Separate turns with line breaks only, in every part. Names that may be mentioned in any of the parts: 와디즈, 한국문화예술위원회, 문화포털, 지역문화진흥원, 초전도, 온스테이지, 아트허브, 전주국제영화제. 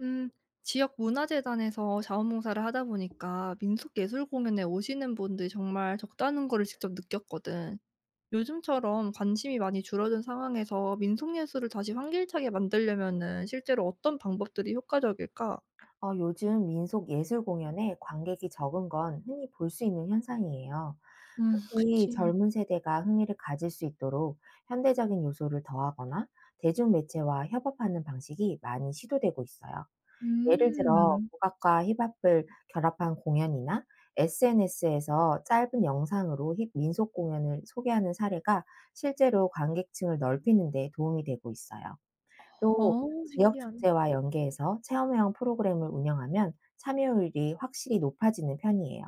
음, 지역 문화재단에서 자원봉사를 하다 보니까 민속예술공연에 오시는 분들이 정말 적다는 거를 직접 느꼈거든. 요즘처럼 관심이 많이 줄어든 상황에서 민속예술을 다시 활기차게 만들려면은 실제로 어떤 방법들이 효과적일까?
요즘 민속 예술 공연에 관객이 적은 건 흔히 볼 수 있는 현상이에요. 특히
그치.
젊은 세대가 흥미를 가질 수 있도록 현대적인 요소를 더하거나 대중매체와 협업하는 방식이 많이 시도되고 있어요. 예를 들어,
음.
국악과 힙합을 결합한 공연이나 SNS에서 짧은 영상으로 힙 민속 공연을 소개하는 사례가 실제로 관객층을 넓히는 데 도움이 되고 있어요. 또
어,
지역
신기하네.
축제와 연계해서 체험형 프로그램을 운영하면 참여율이 확실히 높아지는 편이에요.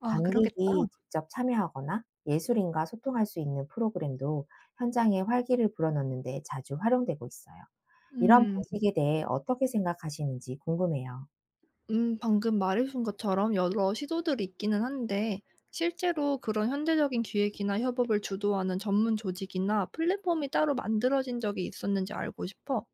아, 그러겠다.
관객이 직접 참여하거나 예술인과 소통할 수 있는 프로그램도 현장에 활기를 불어넣는 데 자주 활용되고 있어요. 이런
음.
방식에 대해 어떻게 생각하시는지 궁금해요.
방금 말해준 것처럼 여러 시도들이 있기는 한데, 실제로 그런 현대적인 기획이나 협업을 주도하는 전문 조직이나 플랫폼이 따로 만들어진 적이 있었는지 알고 싶어.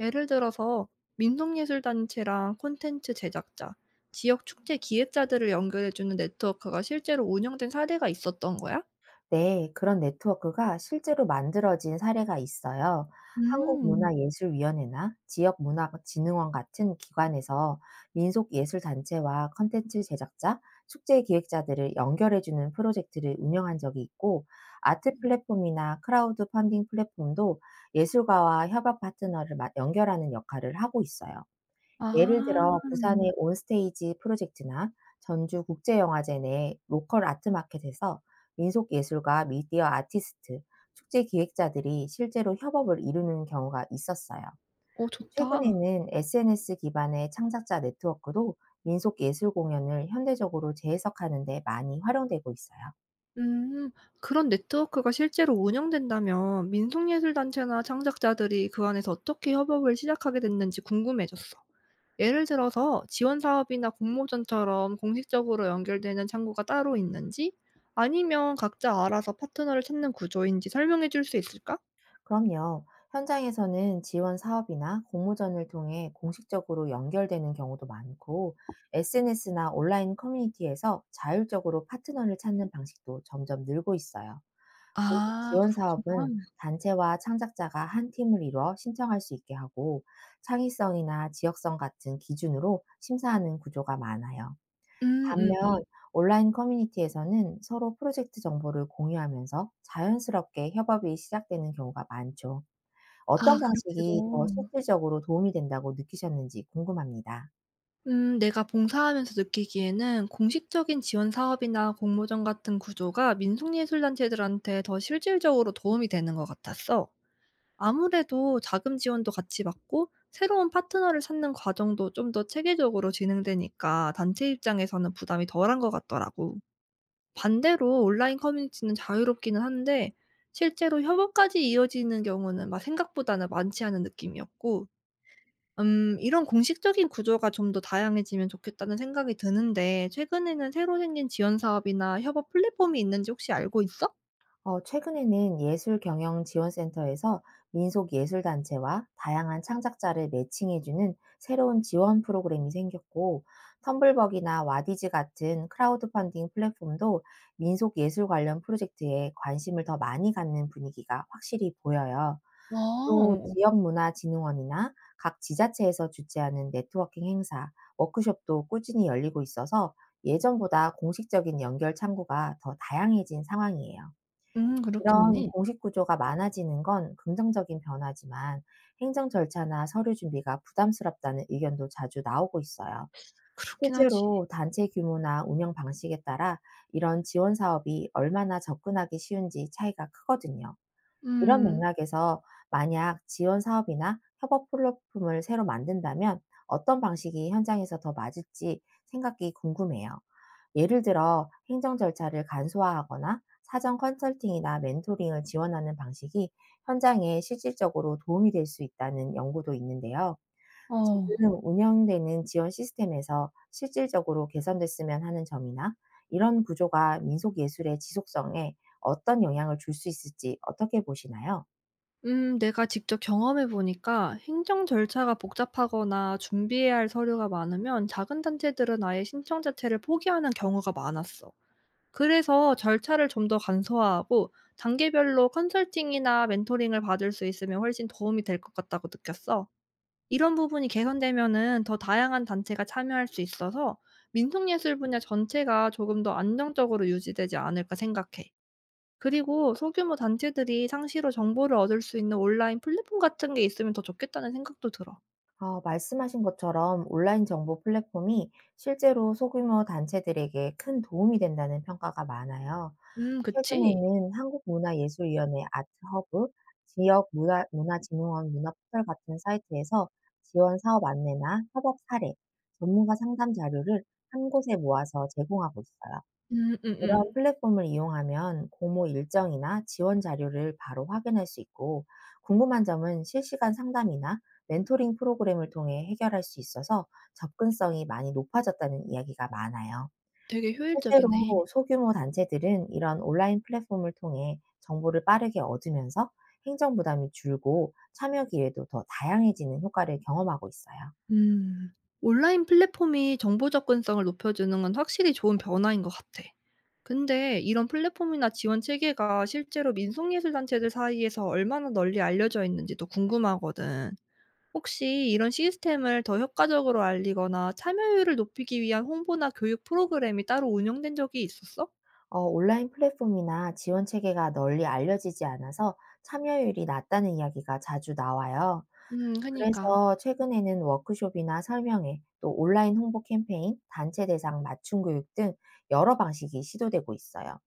예를 들어서, 민속예술단체랑 콘텐츠 제작자, 지역 축제 기획자들을 연결해주는 네트워크가 실제로 운영된 사례가 있었던 거야?
네, 그런 네트워크가 실제로 만들어진 사례가 있어요.
음.
한국문화예술위원회나 지역문화진흥원 같은 기관에서 민속예술단체와 컨텐츠 제작자, 축제 기획자들을 연결해주는 프로젝트를 운영한 적이 있고, 아트
음.
플랫폼이나 크라우드 펀딩 플랫폼도 예술가와 협업 파트너를 연결하는 역할을 하고 있어요.
아,
예를 들어 부산의 온스테이지 프로젝트나 전주국제영화제 내 로컬 아트마켓에서 민속 예술가, 미디어 아티스트, 축제 기획자들이 실제로 협업을 이루는 경우가 있었어요.
오, 좋다.
최근에는 SNS 기반의 창작자 네트워크도 민속 예술 공연을 현대적으로 재해석하는 데 많이 활용되고 있어요.
음. 그런 네트워크가 실제로 운영된다면 민속예술단체나 창작자들이 그 안에서 어떻게 협업을 시작하게 됐는지 궁금해졌어. 예를 들어서 지원 사업이나 공모전처럼 공식적으로 연결되는 창구가 따로 있는지, 아니면 각자 알아서 파트너를 찾는 구조인지 설명해 줄 수 있을까?
그럼요. 현장에서는 지원 사업이나 공모전을 통해 공식적으로 연결되는 경우도 많고, SNS나 온라인 커뮤니티에서 자율적으로 파트너를 찾는 방식도 점점 늘고 있어요. 공식
아
지원
그렇구나.
사업은 단체와 창작자가 한 팀을 이루어 신청할 수 있게 하고, 창의성이나 지역성 같은 기준으로 심사하는 구조가 많아요. 반면,
음음.
온라인 커뮤니티에서는 서로 프로젝트 정보를 공유하면서 자연스럽게 협업이 시작되는 경우가 많죠. 어떤
아
방식이 더
그렇게도.
실질적으로 도움이 된다고 느끼셨는지 궁금합니다.
내가 봉사하면서 느끼기에는 공식적인 지원 사업이나 공모전 같은 구조가 민속예술단체들한테 더 실질적으로 도움이 되는 것 같았어. 아무래도 자금 지원도 같이 받고 새로운 파트너를 찾는 과정도 좀 더 체계적으로 진행되니까 단체 입장에서는 부담이 덜한 것 같더라고. 반대로 온라인 커뮤니티는 자유롭기는 한데 실제로 협업까지 이어지는 경우는 막 생각보다는 많지 않은 느낌이었고 이런 공식적인 구조가 좀 더 다양해지면 좋겠다는 생각이 드는데 최근에는 새로 생긴 지원 사업이나 협업 플랫폼이 있는지 혹시 알고 있어?
최근에는 예술경영지원센터에서 민속예술단체와 다양한 창작자를 매칭해주는 새로운 지원 프로그램이 생겼고, 텀블벅이나 와디즈 같은 크라우드 펀딩 플랫폼도 민속예술 관련 프로젝트에 관심을 더 많이 갖는 분위기가 확실히 보여요.
아
또
어.
지역문화진흥원이나 각 지자체에서 주최하는 네트워킹 행사, 워크숍도 꾸준히 열리고 있어서 예전보다 공식적인 연결 창구가 더 다양해진 상황이에요. 이런
그렇겠니?
공식 구조가 많아지는 건 긍정적인 변화지만, 행정 절차나 서류 준비가 부담스럽다는 의견도 자주 나오고 있어요.
그렇긴 하지.
실제로 단체 규모나 운영 방식에 따라 이런 지원 사업이 얼마나 접근하기 쉬운지 차이가 크거든요. 이런
음.
맥락에서 만약 지원 사업이나 협업 플랫폼을 새로 만든다면 어떤 방식이 현장에서 더 맞을지 생각이 궁금해요. 예를 들어 행정 절차를 간소화하거나 사전 컨설팅이나 멘토링을 지원하는 방식이 현장에 실질적으로 도움이 될 수 있다는 연구도 있는데요.
어.
지금 운영되는 지원 시스템에서 실질적으로 개선됐으면 하는 점이나, 이런 구조가 민속 예술의 지속성에 어떤 영향을 줄 수 있을지 어떻게 보시나요?
내가 직접 경험해 보니까 행정 절차가 복잡하거나 준비해야 할 서류가 많으면 작은 단체들은 아예 신청 자체를 포기하는 경우가 많았어. 그래서 절차를 좀 더 간소화하고 단계별로 컨설팅이나 멘토링을 받을 수 있으면 훨씬 도움이 될 것 같다고 느꼈어. 이런 부분이 개선되면은 더 다양한 단체가 참여할 수 있어서 민속예술 분야 전체가 조금 더 안정적으로 유지되지 않을까 생각해. 그리고 소규모 단체들이 상시로 정보를 얻을 수 있는 온라인 플랫폼 같은 게 있으면 더 좋겠다는 생각도 들어.
말씀하신 것처럼 온라인 정보 플랫폼이 실제로 소규모 단체들에게 큰 도움이 된다는 평가가 많아요.
그치?
최근에는 한국문화예술위원회 아트허브, 지역 문화, 문화진흥원 문화포털 같은 사이트에서 지원 사업 안내나 협업 사례, 전문가 상담 자료를 한 곳에 모아서 제공하고 있어요. 이런
음음음.
플랫폼을 이용하면 공모 일정이나 지원 자료를 바로 확인할 수 있고, 궁금한 점은 실시간 상담이나 멘토링 프로그램을 통해 해결할 수 있어서 접근성이 많이 높아졌다는 이야기가 많아요.
되게
실제로
효율적이네.
소규모 단체들은 이런 온라인 플랫폼을 통해 정보를 빠르게 얻으면서 행정 부담이 줄고 참여 기회도 더 다양해지는 효과를 경험하고 있어요.
음. 온라인 플랫폼이 정보 접근성을 높여주는 건 확실히 좋은 변화인 것 같아. 근데 이런 플랫폼이나 지원 체계가 실제로 민속예술단체들 사이에서 얼마나 널리 알려져 있는지도 궁금하거든. 혹시 이런 시스템을 더 효과적으로 알리거나 참여율을 높이기 위한 홍보나 교육 프로그램이 따로 운영된 적이 있었어?
온라인 플랫폼이나 지원 체계가 널리 알려지지 않아서 참여율이 낮다는 이야기가 자주 나와요.
그니까.
그래서 최근에는 워크숍이나 설명회, 또 온라인 홍보 캠페인, 단체 대상 맞춤 교육 등 여러 방식이 시도되고 있어요.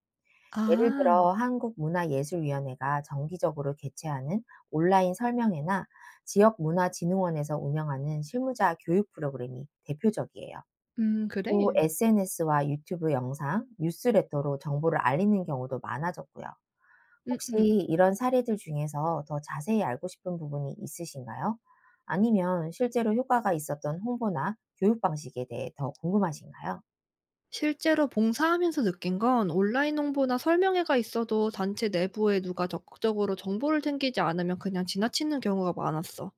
예를
아.
들어 한국문화예술위원회가 정기적으로 개최하는 온라인 설명회나, 지역문화진흥원에서 운영하는 실무자 교육 프로그램이 대표적이에요. 또
그래?
SNS와 유튜브 영상, 뉴스레터로 정보를 알리는 경우도 많아졌고요. 혹시
음음.
이런 사례들 중에서 더 자세히 알고 싶은 부분이 있으신가요? 아니면 실제로 효과가 있었던 홍보나 교육 방식에 대해 더 궁금하신가요?
실제로 봉사하면서 느낀 건 온라인 홍보나 설명회가 있어도 단체 내부에 누가 적극적으로 정보를 챙기지 않으면 그냥 지나치는 경우가 많았어.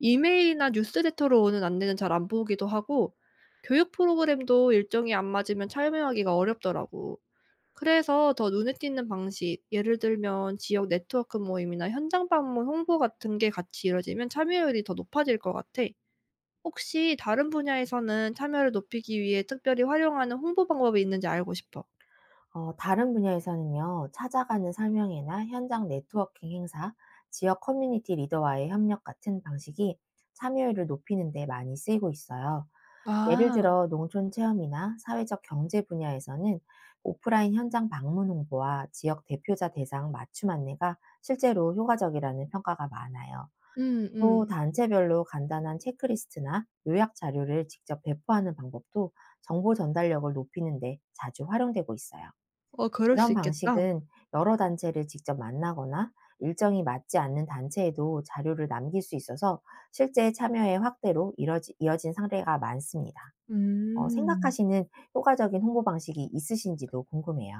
이메일이나 뉴스레터로 오는 안내는 잘 안 보기도 하고 교육 프로그램도 일정이 안 맞으면 참여하기가 어렵더라고. 그래서 더 눈에 띄는 방식, 예를 들면 지역 네트워크 모임이나 현장 방문 홍보 같은 게 같이 이뤄지면 참여율이 더 높아질 것 같아. 혹시 다른 분야에서는 참여를 높이기 위해 특별히 활용하는 홍보 방법이 있는지 알고 싶어.
다른 분야에서는요, 찾아가는 설명회나 현장 네트워킹 행사, 지역 커뮤니티 리더와의 협력 같은 방식이 참여율을 높이는 데 많이 쓰이고 있어요. 예를
아.
들어 농촌 체험이나 사회적 경제 분야에서는 오프라인 현장 방문 홍보와 지역 대표자 대상 맞춤 안내가 실제로 효과적이라는 평가가 많아요. 또
음음.
단체별로 간단한 체크리스트나 요약 자료를 직접 배포하는 방법도 정보 전달력을 높이는데 자주 활용되고 있어요.
어 그럴 수
이런
있겠다.
방식은 여러 단체를 직접 만나거나 일정이 맞지 않는 단체에도 자료를 남길 수 있어서 실제 참여의 확대로 이어진 사례가 많습니다.
음.
생각하시는 효과적인 홍보 방식이 있으신지도 궁금해요.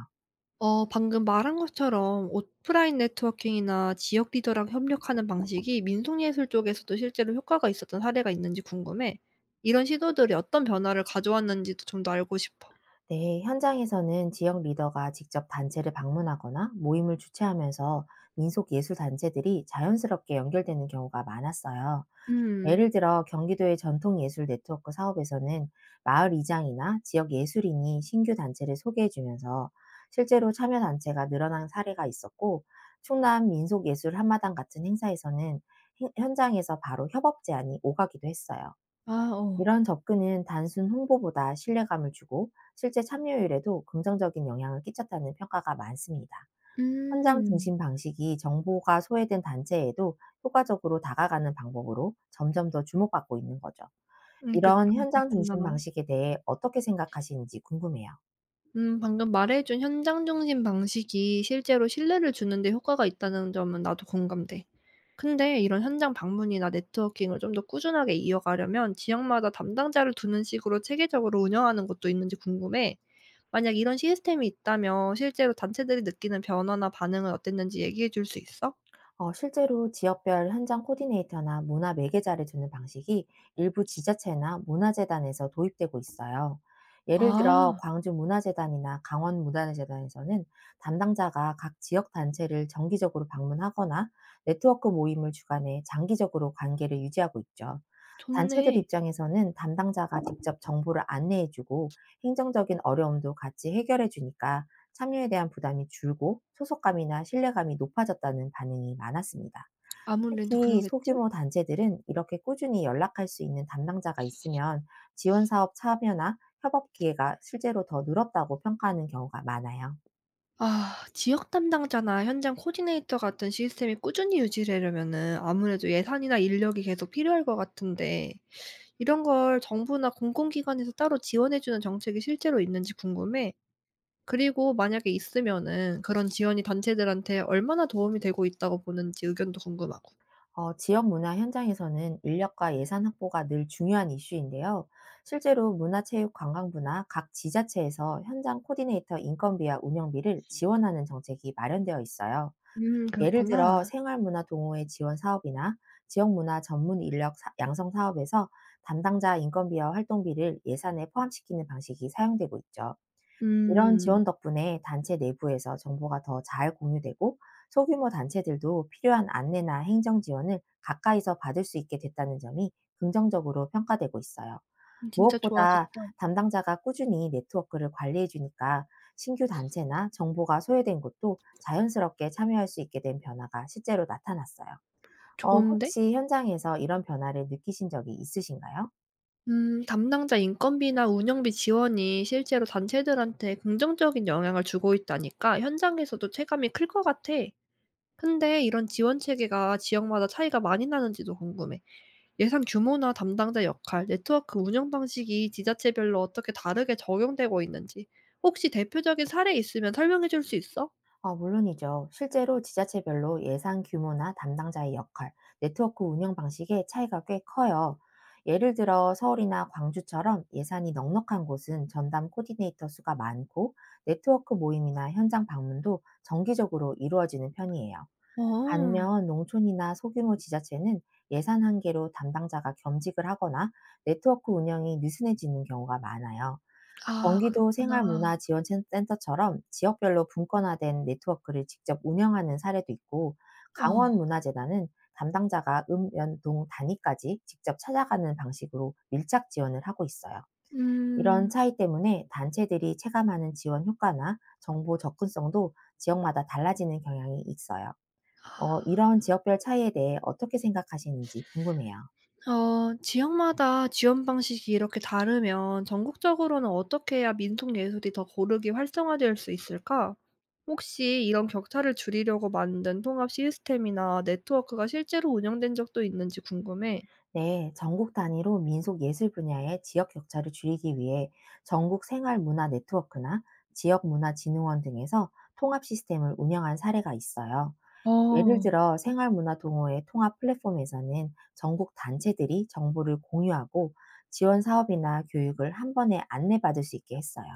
어 방금 말한 것처럼 오프라인 네트워킹이나 지역 리더랑 협력하는 방식이 민속예술 쪽에서도 실제로 효과가 있었던 사례가 있는지 궁금해. 이런 시도들이 어떤 변화를 가져왔는지도 좀 더 알고 싶어.
네, 현장에서는 지역 리더가 직접 단체를 방문하거나 모임을 주최하면서 민속 예술 단체들이 자연스럽게 연결되는 경우가 많았어요.
음.
예를 들어 경기도의 전통 예술 네트워크 사업에서는 마을 이장이나 지역 예술인이 신규 단체를 소개해 주면서 실제로 참여 단체가 늘어난 사례가 있었고, 충남 민속예술 한마당 같은 행사에서는 현장에서 바로 협업 제안이 오가기도 했어요.
아 어.
이런 접근은 단순 홍보보다 신뢰감을 주고 실제 참여율에도 긍정적인 영향을 끼쳤다는 평가가 많습니다. 현장
음.
중심 방식이 정보가 소외된 단체에도 효과적으로 다가가는 방법으로 점점 더 주목받고 있는 거죠.
그
이런 현장
그렇구나.
중심 방식에 대해 어떻게 생각하시는지 궁금해요.
방금 말해 준 현장 중심 방식이 실제로 신뢰를 주는 데 효과가 있다는 점은 나도 공감돼. 근데 이런 현장 방문이나 네트워킹을 좀 더 꾸준하게 이어가려면 지역마다 담당자를 두는 식으로 체계적으로 운영하는 것도 있는지 궁금해. 만약 이런 시스템이 있다면 실제로 단체들이 느끼는 변화나 반응은 어땠는지 얘기해 줄 수 있어?
실제로 지역별 현장 코디네이터나 문화 매개자를 두는 방식이 일부 지자체나 문화재단에서 도입되고 있어요. 예를 들어
아
광주 문화재단이나 강원 문화재단에서는 담당자가 각 지역 단체를 정기적으로 방문하거나 네트워크 모임을 주관해 장기적으로 관계를 유지하고 있죠. 단체들
좋네.
입장에서는 담당자가 직접 정보를 안내해주고 행정적인 어려움도 같이 해결해주니까 참여에 대한 부담이 줄고 소속감이나 신뢰감이 높아졌다는 반응이 많았습니다.
아무래도
특히
그러겠지?
소규모 단체들은 이렇게 꾸준히 연락할 수 있는 담당자가 있으면 지원 사업 참여나 협업 기회가 실제로 더 늘었다고 평가하는 경우가 많아요.
아 지역 담당자나 현장 코디네이터 같은 시스템이 꾸준히 유지되려면은 아무래도 예산이나 인력이 계속 필요할 것 같은데 이런 걸 정부나 공공기관에서 따로 지원해 주는 정책이 실제로 있는지 궁금해. 그리고 만약에 있으면은 그런 지원이 단체들한테 얼마나 도움이 되고 있다고 보는지 의견도 궁금하고.
지역 문화 현장에서는 인력과 예산 확보가 늘 중요한 이슈인데요. 실제로 문화체육관광부나 각 지자체에서 현장 코디네이터 인건비와 운영비를 지원하는 정책이 마련되어 있어요. 예를 들어
그렇구나.
생활문화 동호회 지원 사업이나 지역문화 전문 인력 양성 사업에서 담당자 인건비와 활동비를 예산에 포함시키는 방식이 사용되고 있죠. 이런
음.
지원 덕분에 단체 내부에서 정보가 더 잘 공유되고, 소규모 단체들도 필요한 안내나 행정 지원을 가까이서 받을 수 있게 됐다는 점이 긍정적으로 평가되고 있어요.
진짜
무엇보다
좋아졌다.
담당자가 꾸준히 네트워크를 관리해 주니까 신규 단체나 정보가 소외된 곳도 자연스럽게 참여할 수 있게 된 변화가 실제로 나타났어요.
좋은데?
혹시 현장에서 이런 변화를 느끼신 적이 있으신가요?
담당자 인건비나 운영비 지원이 실제로 단체들한테 긍정적인 영향을 주고 있다니까 현장에서도 체감이 클 것 같아. 근데 이런 지원 체계가 지역마다 차이가 많이 나는지도 궁금해. 예산 규모나 담당자 역할, 네트워크 운영 방식이 지자체별로 어떻게 다르게 적용되고 있는지 혹시 대표적인 사례 있으면 설명해 줄 수 있어?
아, 물론이죠. 실제로 지자체별로 예산 규모나 담당자의 역할, 네트워크 운영 방식의 차이가 꽤 커요. 예를 들어 서울이나 광주처럼 예산이 넉넉한 곳은 전담 코디네이터 수가 많고, 네트워크 모임이나 현장 방문도 정기적으로 이루어지는 편이에요.
어.
반면 농촌이나 소규모 지자체는 예산 한계로 담당자가 겸직을 하거나 네트워크 운영이 느슨해지는 경우가 많아요.
아
경기도
그렇구나.
생활문화지원센터처럼 지역별로 분권화된 네트워크를 직접 운영하는 사례도 있고,
어.
강원문화재단은 담당자가 읍, 면, 동 단위까지 직접 찾아가는 방식으로 밀착 지원을 하고 있어요. 이런
음.
차이 때문에 단체들이 체감하는 지원 효과나 정보 접근성도 지역마다 달라지는 경향이 있어요. 이런 지역별 차이에 대해 어떻게 생각하시는지 궁금해요.
어 지역마다 지원 방식이 이렇게 다르면 전국적으로는 어떻게 해야 민속 예술이 더 고르게 활성화될 수 있을까? 혹시 이런 격차를 줄이려고 만든 통합 시스템이나 네트워크가 실제로 운영된 적도 있는지 궁금해.
네, 전국 단위로 민속 예술 분야의 지역 격차를 줄이기 위해 전국 생활 문화 네트워크나 지역 문화 진흥원 등에서 통합 시스템을 운영한 사례가 있어요. 예를
어.
들어 생활 문화 동호회 통합 플랫폼에서는 전국 단체들이 정보를 공유하고 지원 사업이나 교육을 한 번에 안내받을 수 있게 했어요.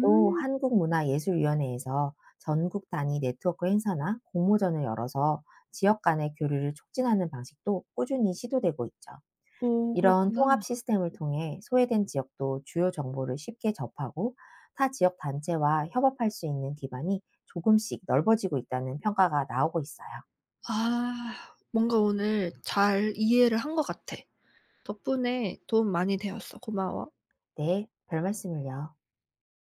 또 한국문화예술위원회에서 전국 단위 네트워크 행사나 공모전을 열어서 지역 간의 교류를 촉진하는 방식도 꾸준히 시도되고 있죠.
오
이런
그렇구나.
통합 시스템을 통해 소외된 지역도 주요 정보를 쉽게 접하고 타 지역 단체와 협업할 수 있는 기반이 조금씩 넓어지고 있다는 평가가 나오고 있어요.
아. 뭔가 오늘 잘 이해를 한 것 같아. 덕분에 도움 많이 되었어. 고마워.
네, 별 말씀을요.